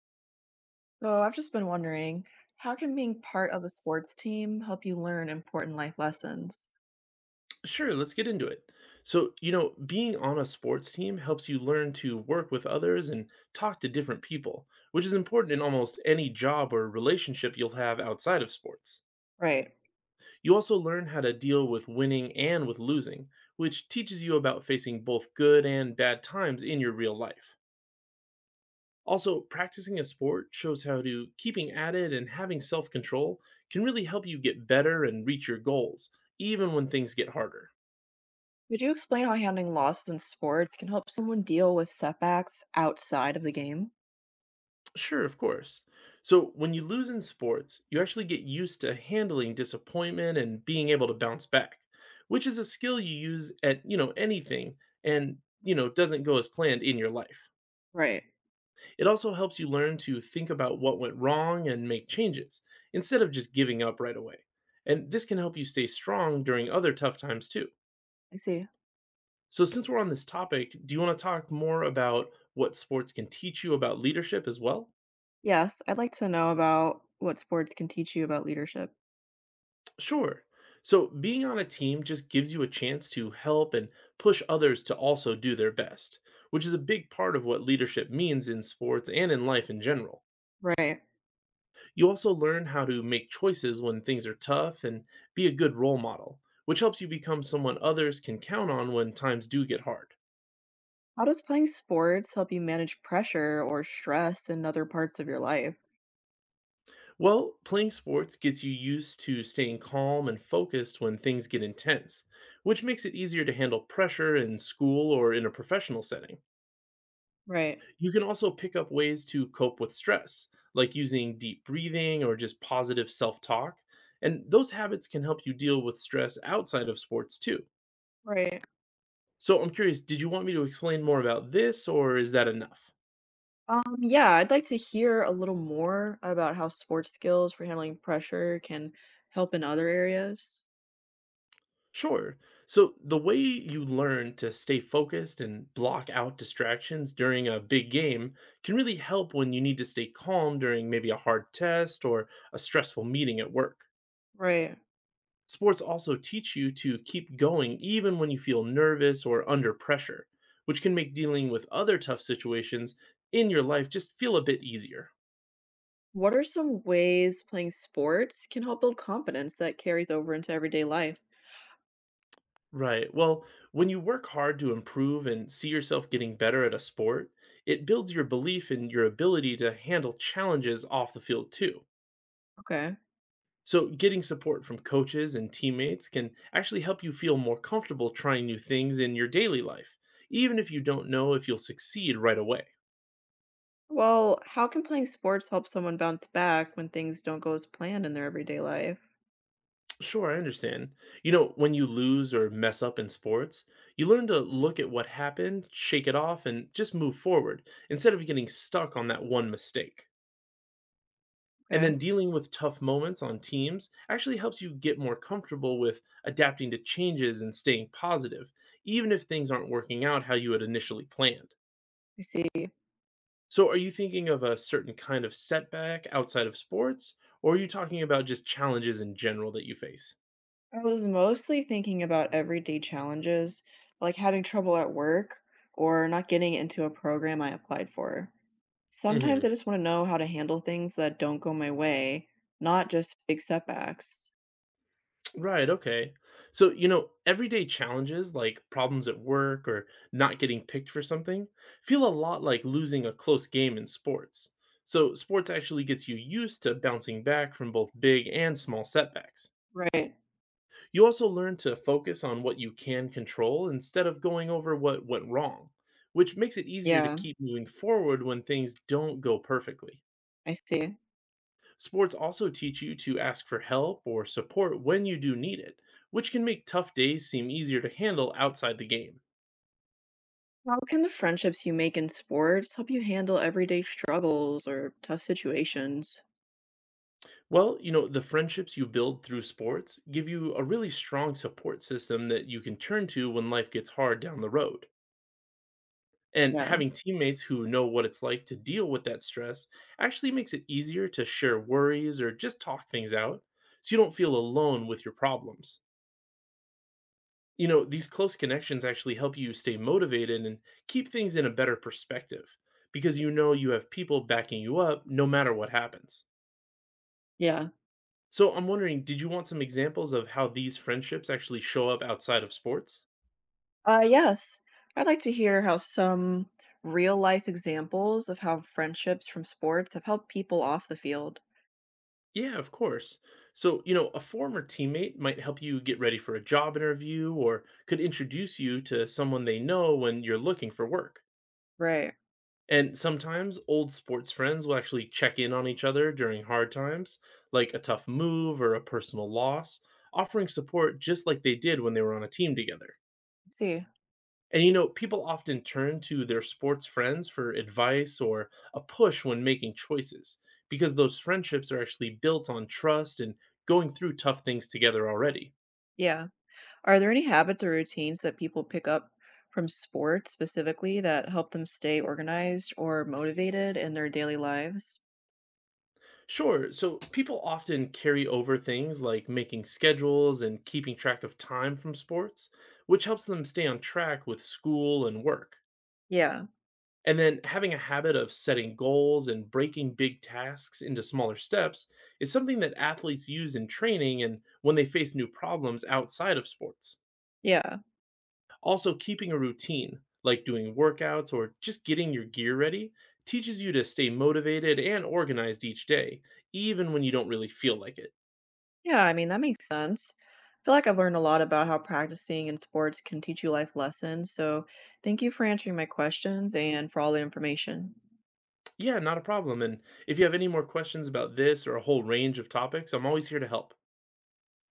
So I've just been wondering, how can being part of a sports team help you learn important life lessons? Sure, let's get into it. So being on a sports team helps you learn to work with others and talk to different people, which is important in almost any job or relationship you'll have outside of sports. Right. You also learn how to deal with winning and with losing, which teaches you about facing both good and bad times in your real life. Also, practicing a sport shows how to keeping at it and having self control can really help you get better and reach your goals, even when things get harder. Could you explain how handling losses in sports can help someone deal with setbacks outside of the game? Sure, of course. So, when you lose in sports, you actually get used to handling disappointment and being able to bounce back, which is a skill you use at anything and doesn't go as planned in your life. Right. It also helps you learn to think about what went wrong and make changes instead of just giving up right away. And this can help you stay strong during other tough times too. I see. So, since we're on this topic, do you want to talk more about what sports can teach you about leadership as well? Yes, I'd like to know about what sports can teach you about leadership. Sure. So being on a team just gives you a chance to help and push others to also do their best, which is a big part of what leadership means in sports and in life in general. Right. You also learn how to make choices when things are tough and be a good role model, which helps you become someone others can count on when times do get hard. How does playing sports help you manage pressure or stress in other parts of your life? Well, playing sports gets you used to staying calm and focused when things get intense, which makes it easier to handle pressure in school or in a professional setting. Right. You can also pick up ways to cope with stress, like using deep breathing or just positive self talk. And those habits can help you deal with stress outside of sports too. Right. So I'm curious, did you want me to explain more about this or is that enough? Yeah, I'd like to hear a little more about how sports skills for handling pressure can help in other areas. Sure. So the way you learn to stay focused and block out distractions during a big game can really help when you need to stay calm during maybe a hard test or a stressful meeting at work. Right. Sports also teach you to keep going even when you feel nervous or under pressure, which can make dealing with other tough situations in your life just feel a bit easier. What are some ways playing sports can help build confidence that carries over into everyday life? Right. Well, when you work hard to improve and see yourself getting better at a sport, it builds your belief in your ability to handle challenges off the field too. Okay. So, getting support from coaches and teammates can actually help you feel more comfortable trying new things in your daily life, even if you don't know if you'll succeed right away. Well, how can playing sports help someone bounce back when things don't go as planned in their everyday life? Sure, I understand. You know, when you lose or mess up in sports, you learn to look at what happened, shake it off, and just move forward instead of getting stuck on that one mistake. And Okay. then dealing with tough moments on teams actually helps you get more comfortable with adapting to changes and staying positive, even if things aren't working out how you had initially planned. You see. So, are you thinking of a certain kind of setback outside of sports, or are you talking about just challenges in general that you face? I was mostly thinking about everyday challenges, like having trouble at work or not getting into a program I applied for. Hmm. Sometimes I just want to know how to handle things that don't go my way, not just big setbacks. Right, okay. So everyday challenges like problems at work or not getting picked for something feel a lot like losing a close game in sports. So, sports actually gets you used to bouncing back from both big and small setbacks. Right. You also learn to focus on what you can control instead of going over what went wrong, which makes it easier to Yeah, keep moving forward when things don't go perfectly. I see. Sports also teach you to ask for help or support when you do need it, which can make tough days seem easier to handle outside the game. How can the friendships you make in sports help you handle everyday struggles or tough situations? Well the friendships you build through sports give you a really strong support system that you can turn to when life gets hard down the road. And Yeah. having teammates who know what it's like to deal with that stress actually makes it easier to share worries or just talk things out so you don't feel alone with your problems. These close connections actually help you stay motivated and keep things in a better perspective because you know you have people backing you up no matter what happens. Yeah. So I'm wondering, did you want some examples of how these friendships actually show up outside of sports? Yes. I'd like to hear how some real life examples of how friendships from sports have helped people off the field. Yeah, of course. So a former teammate might help you get ready for a job interview or could introduce you to someone they know when you're looking for work. Right. And sometimes old sports friends will actually check in on each other during hard times, like a tough move or a personal loss, offering support just like they did when they were on a team together. See. And people often turn to their sports friends for advice or a push when making choices, because those friendships are actually built on trust and going through tough things together already. Yeah. Are there any habits or routines that people pick up from sports specifically that help them stay organized or motivated in their daily lives? Sure. So people often carry over things like making schedules and keeping track of time from sports, which helps them stay on track with school and work. Yeah. And then having a habit of setting goals and breaking big tasks into smaller steps is something that athletes use in training and when they face new problems outside of sports. Yeah. Also, keeping a routine, like doing workouts or just getting your gear ready, teaches you to stay motivated and organized each day, even when you don't really feel like it. Yeah. I mean, that makes sense. I feel like I've learned a lot about how practicing in sports can teach you life lessons. So thank you for answering my questions and for all the information. Yeah, not a problem. And if you have any more questions about this or a whole range of topics, I'm always here to help.